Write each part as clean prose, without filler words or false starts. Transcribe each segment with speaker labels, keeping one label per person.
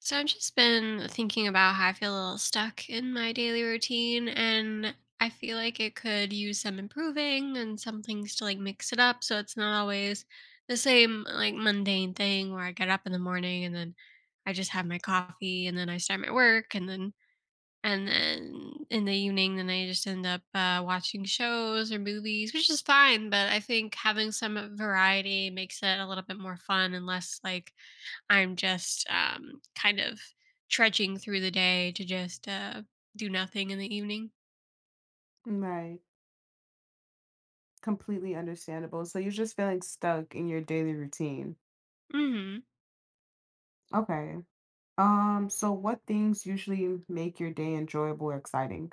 Speaker 1: So I've just been thinking about how I feel a little stuck in my daily routine, and I feel like it could use some improving and some things to like mix it up so it's not always the same like mundane thing where I get up in the morning and then I just have my coffee and then I start my work and then in the evening then I just end up watching shows or movies, which is fine, but I think having some variety makes it a little bit more fun and less like I'm just kind of trudging through the day to just do nothing in the evening.
Speaker 2: Right. Completely understandable. So you're just feeling stuck in your daily routine.
Speaker 1: Hmm.
Speaker 2: Okay. So what things usually make your day enjoyable or exciting?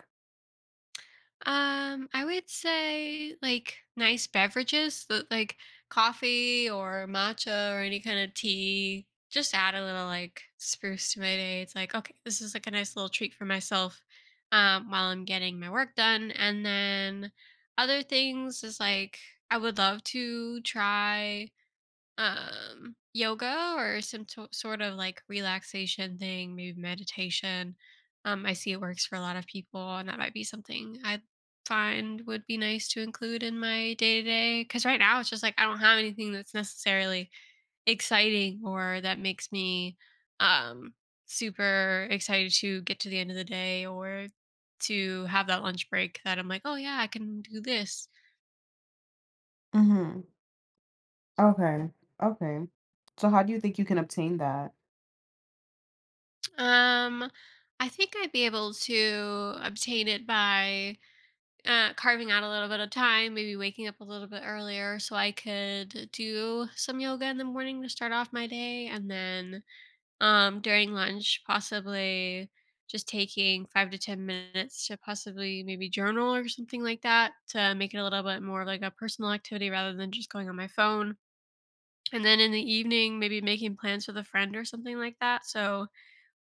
Speaker 1: I would say like nice beverages, that like coffee or matcha or any kind of tea. Just add a little like spruce to my day. It's like, okay, this is like a nice little treat for myself while I'm getting my work done, and then other things is like I would love to try yoga or sort of like relaxation thing, maybe meditation. Um, I see it works for a lot of people, and that might be something I find would be nice to include in my day-to-day, because right now it's just like I don't have anything that's necessarily exciting or that makes me um super excited to get to the end of the day, or to have that lunch break that I'm like, oh yeah, I can do this.
Speaker 2: Mm-hmm. Okay. Okay. So how do you think you can obtain that?
Speaker 1: Um, I think I'd be able to obtain it by carving out a little bit of time, maybe waking up a little bit earlier so I could do some yoga in the morning to start off my day. And then during lunch, possibly just taking five to 10 minutes to possibly maybe journal or something like that to make it a little bit more of like a personal activity rather than just going on my phone. And then in the evening, maybe making plans with a friend or something like that. So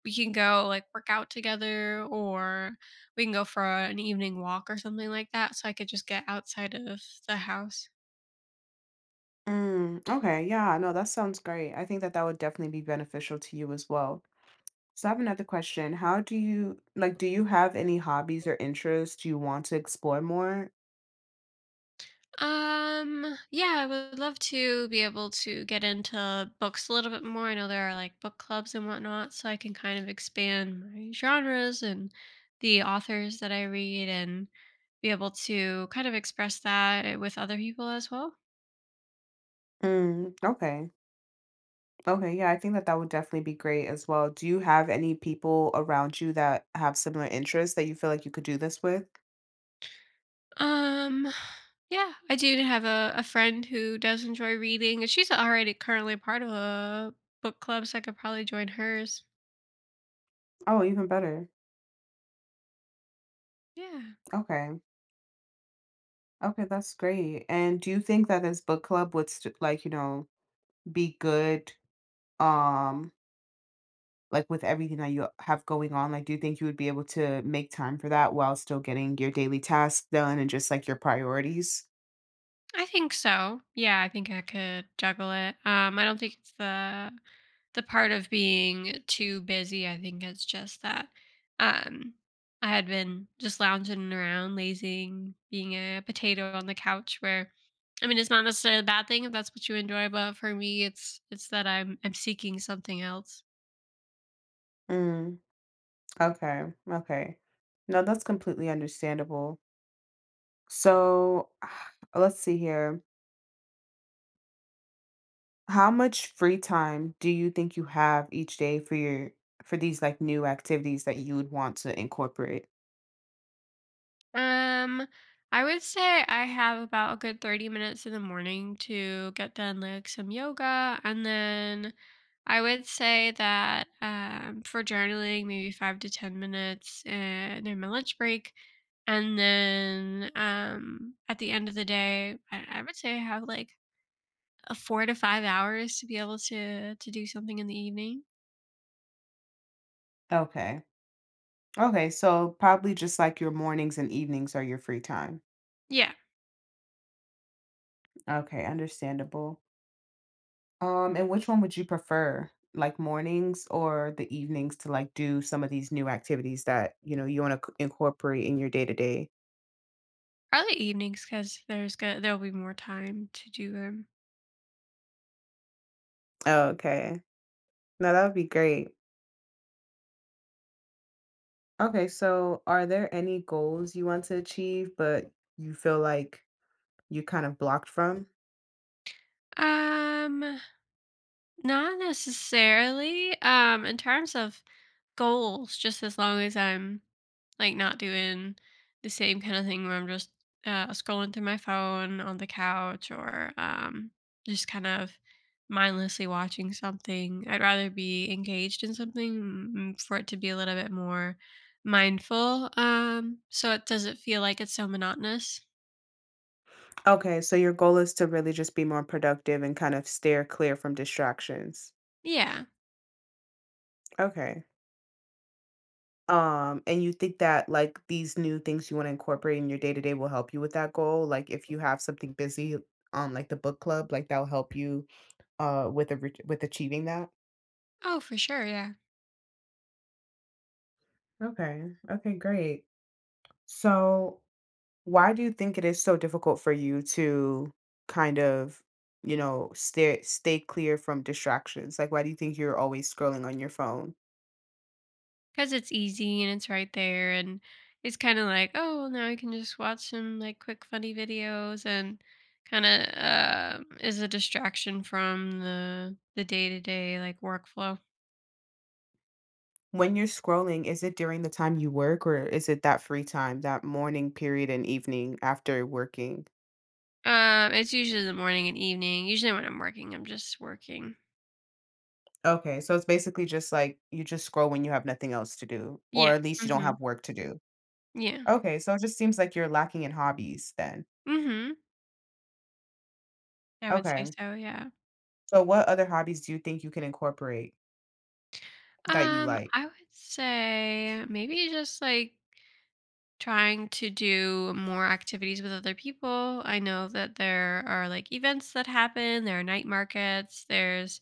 Speaker 1: we can go like work out together, or we can go for an evening walk or something like that, so I could just get outside of the house.
Speaker 2: Mm, okay, yeah, no, that sounds great. I think that that would definitely be beneficial to you as well. So I have another question. How do you like, do you have any hobbies or interests you want to explore more?
Speaker 1: Yeah, I would love to be able to get into books a little bit more. I know there are like book clubs and whatnot, so I can kind of expand my genres and the authors that I read and be able to kind of express that with other people as well.
Speaker 2: Mm, okay. Okay, yeah, I think that that would definitely be great as well. Do you have any people around you that have similar interests that you feel like you could do this with?
Speaker 1: Um, yeah, I do have a friend who does enjoy reading, and she's already currently part of a book club, so I could probably join hers.
Speaker 2: Oh, even better.
Speaker 1: Yeah,
Speaker 2: Okay. Okay, that's great. And do you think that this book club would like, you know, be good um like with everything that you have going on? Like do you think you would be able to make time for that while still getting your daily tasks done and just like your priorities?
Speaker 1: I think so. Yeah, I think I could juggle it. I don't think it's the part of being too busy, I think it's just that um I had been just lounging around, lazing, being a potato on the couch where I mean it's not necessarily a bad thing if that's what you enjoy, but for me it's that I'm seeking something else.
Speaker 2: Mm, okay. Okay. No, that's completely understandable. So let's see here. How much free time do you think you have each day for your for these like new activities that you would want to incorporate?
Speaker 1: Um, I would say I have about a good 30 minutes in the morning to get done like some yoga, and then I would say that for journaling maybe 5 to 10 minutes during my lunch break, and then at the end of the day I would say I have like a 4 to 5 hours to be able to do something in the evening.
Speaker 2: Okay. Okay, so probably just like your mornings and evenings are your free time.
Speaker 1: Yeah,
Speaker 2: Okay, understandable. And which one would you prefer? Like mornings or the evenings to like do some of these new activities that, you know, you want to incorporate in your day-to-day?
Speaker 1: early evenings, cuz there'll be more time to do them.
Speaker 2: Okay. No, that would be great. Okay, so are there any goals you want to achieve, but you feel like you kind of blocked from?
Speaker 1: Um Not necessarily. In terms of goals, just as long as I'm like not doing the same kind of thing where I'm just scrolling through my phone on the couch, or just kind of mindlessly watching something. I'd rather be engaged in something, for it to be a little bit more mindful. So it doesn't feel like it's so monotonous.
Speaker 2: Okay, so your goal is to really just be more productive and kind of steer clear from distractions.
Speaker 1: Yeah.
Speaker 2: Okay. And you think that like these new things you want to incorporate in your day to day will help you with that goal? Like if you have something busy on like the book club, like that'll help you with a, with achieving that?
Speaker 1: Oh, for sure. Yeah.
Speaker 2: Okay. Okay, great. So why do you think it is so difficult for you to kind of, you know, stay clear from distractions? Like, why do you think you're always scrolling on your phone?
Speaker 1: Because it's easy and it's right there, and it's kind of like, oh well, now I can just watch some like quick funny videos and kind of is a distraction from the day-to-day like workflow.
Speaker 2: When you're scrolling, is it during the time you work or is it that free time, that morning period and evening after working?
Speaker 1: Um, it's usually the morning and evening. Usually when I'm working, I'm just working.
Speaker 2: Okay, so it's basically just like you just scroll when you have nothing else to do, or
Speaker 1: Yeah.
Speaker 2: at least you don't
Speaker 1: Hmm.
Speaker 2: have work to do.
Speaker 1: Yeah.
Speaker 2: Okay, so it just seems like you're lacking in hobbies then.
Speaker 1: Mm-hmm. I would say
Speaker 2: Okay.
Speaker 1: so, yeah.
Speaker 2: So what other hobbies do you think you can incorporate that you
Speaker 1: Um,
Speaker 2: like?
Speaker 1: I would say maybe just like trying to do more activities with other people. I know that there are like events that happen, there are night markets, there's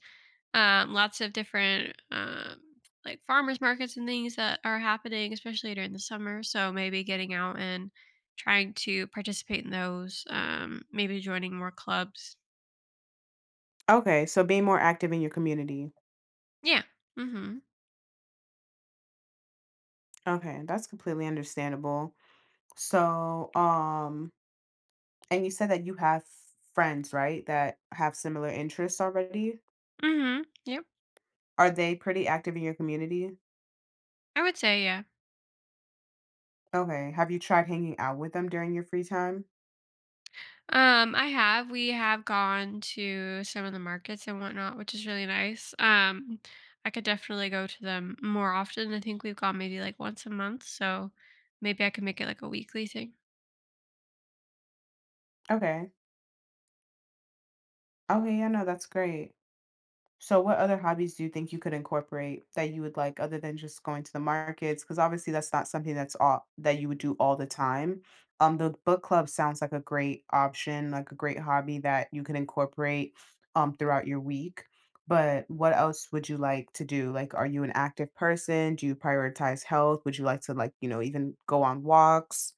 Speaker 1: lots of different like farmers markets and things that are happening, especially during the summer. So maybe getting out and trying to participate in those. Um, maybe joining more clubs.
Speaker 2: Okay, so being more active in your community.
Speaker 1: Yeah. Mm hmm.
Speaker 2: Okay, that's completely understandable. So, um, and you said that you have friends, right, that have similar interests already?
Speaker 1: Mm hmm. Yep.
Speaker 2: Are they pretty active in your community?
Speaker 1: I would say, yeah.
Speaker 2: Okay. Have you tried hanging out with them during your free time?
Speaker 1: I have. We have gone to some of the markets and whatnot, which is really nice. I could definitely go to them more often. I think we've gone maybe like once a month, so maybe I could make it like a weekly thing.
Speaker 2: Okay. Okay, yeah, no, that's great. So what other hobbies do you think you could incorporate that you would like other than just going to the markets? Because obviously that's not something that's all that you would do all the time. The book club sounds like a great option, like a great hobby that you can incorporate throughout your week. But what else would you like to do? Like, are you an active person? Do you prioritize health? Would you like to like, you know, even go on walks?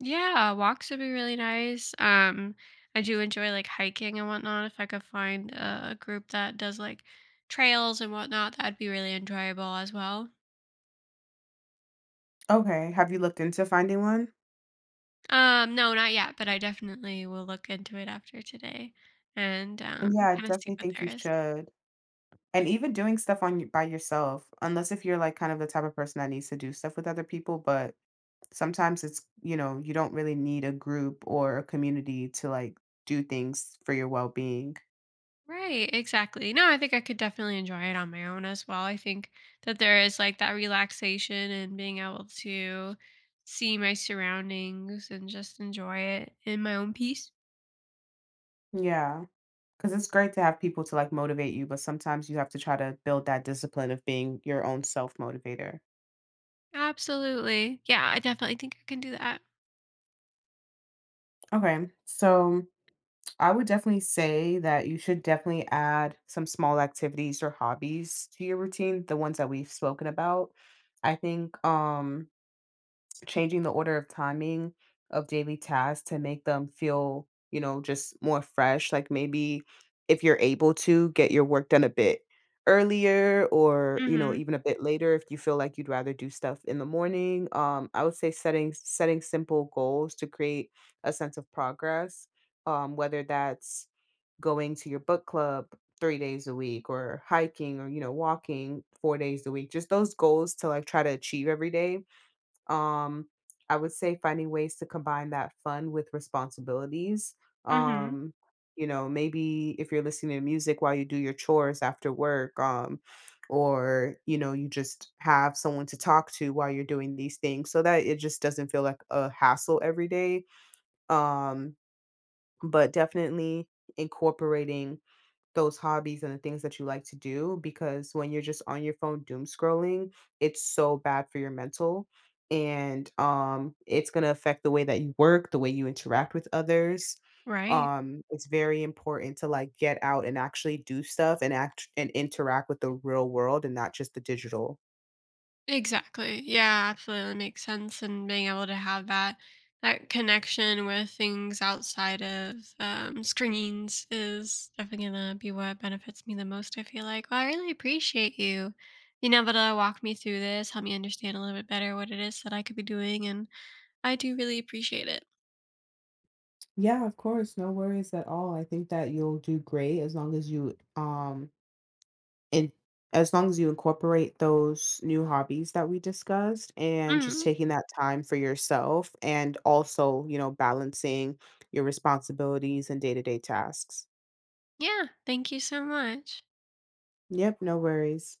Speaker 1: Yeah, walks would be really nice. I do enjoy like hiking and whatnot. If I could find a group that does like trails and whatnot, that'd be really enjoyable as well.
Speaker 2: Okay. Have you looked into finding one?
Speaker 1: No, not yet, but I definitely will look into it after today and
Speaker 2: Yeah, I
Speaker 1: kind of see
Speaker 2: definitely
Speaker 1: what
Speaker 2: think
Speaker 1: there
Speaker 2: you
Speaker 1: is.
Speaker 2: should. And even doing stuff on by yourself, unless if you're, like, kind of the type of person that needs to do stuff with other people, but sometimes it's you know, you don't really need a group or a community to, like, do things for your well-being.
Speaker 1: Right, exactly. No, I think I could definitely enjoy it on my own as well. I think that there is like that relaxation and being able to see my surroundings and just enjoy it in my own peace.
Speaker 2: Yeah, yeah, because it's great to have people to, like, motivate you, but sometimes you have to try to build that discipline of being your own self-motivator.
Speaker 1: Absolutely. Yeah, I definitely think I can do that.
Speaker 2: Okay, so I would definitely say that you should definitely add some small activities or hobbies to your routine, the ones that we've spoken about. I think changing the order of timing of daily tasks to make them feel, you know, just more fresh. Like maybe if you're able to get your work done a bit earlier or, you know,
Speaker 1: Mhm.
Speaker 2: even a bit later if you feel like you'd rather do stuff in the morning. I would say setting simple goals to create a sense of progress. Whether that's going to your book club 3 days a week or hiking or you know walking 4 days a week just those goals to like try to achieve every day um, I would say finding ways to combine that fun with responsibilities.
Speaker 1: Mhm.
Speaker 2: Um, you know, maybe if you're listening to music while you do your chores after work, or you know, you just have someone to talk to while you're doing these things so that it just doesn't feel like a hassle every day. Um, but definitely incorporating those hobbies and the things that you like to do because when you're just on your phone doom scrolling, it's so bad for your mental and it's going to affect the way that you work, the way you interact with others.
Speaker 1: Right.
Speaker 2: It's very important to like get out and actually do stuff and act and interact with the real world and not just the digital.
Speaker 1: Exactly. Yeah, absolutely makes sense. And being able to have that that connection with things outside of screens is definitely gonna be what benefits me the most, I feel like. Well, I really appreciate you being able to walk me through this, help me understand a little bit better what it is that I could be doing, and I do really appreciate it.
Speaker 2: Yeah, of course. No worries at all. I think that you'll do great as long as you and as long as you incorporate those new hobbies that we discussed and just
Speaker 1: Mm,
Speaker 2: taking that time for yourself and also, you know, balancing your responsibilities and day-to-day tasks.
Speaker 1: yeah. Thank you so much.
Speaker 2: Yep, no worries.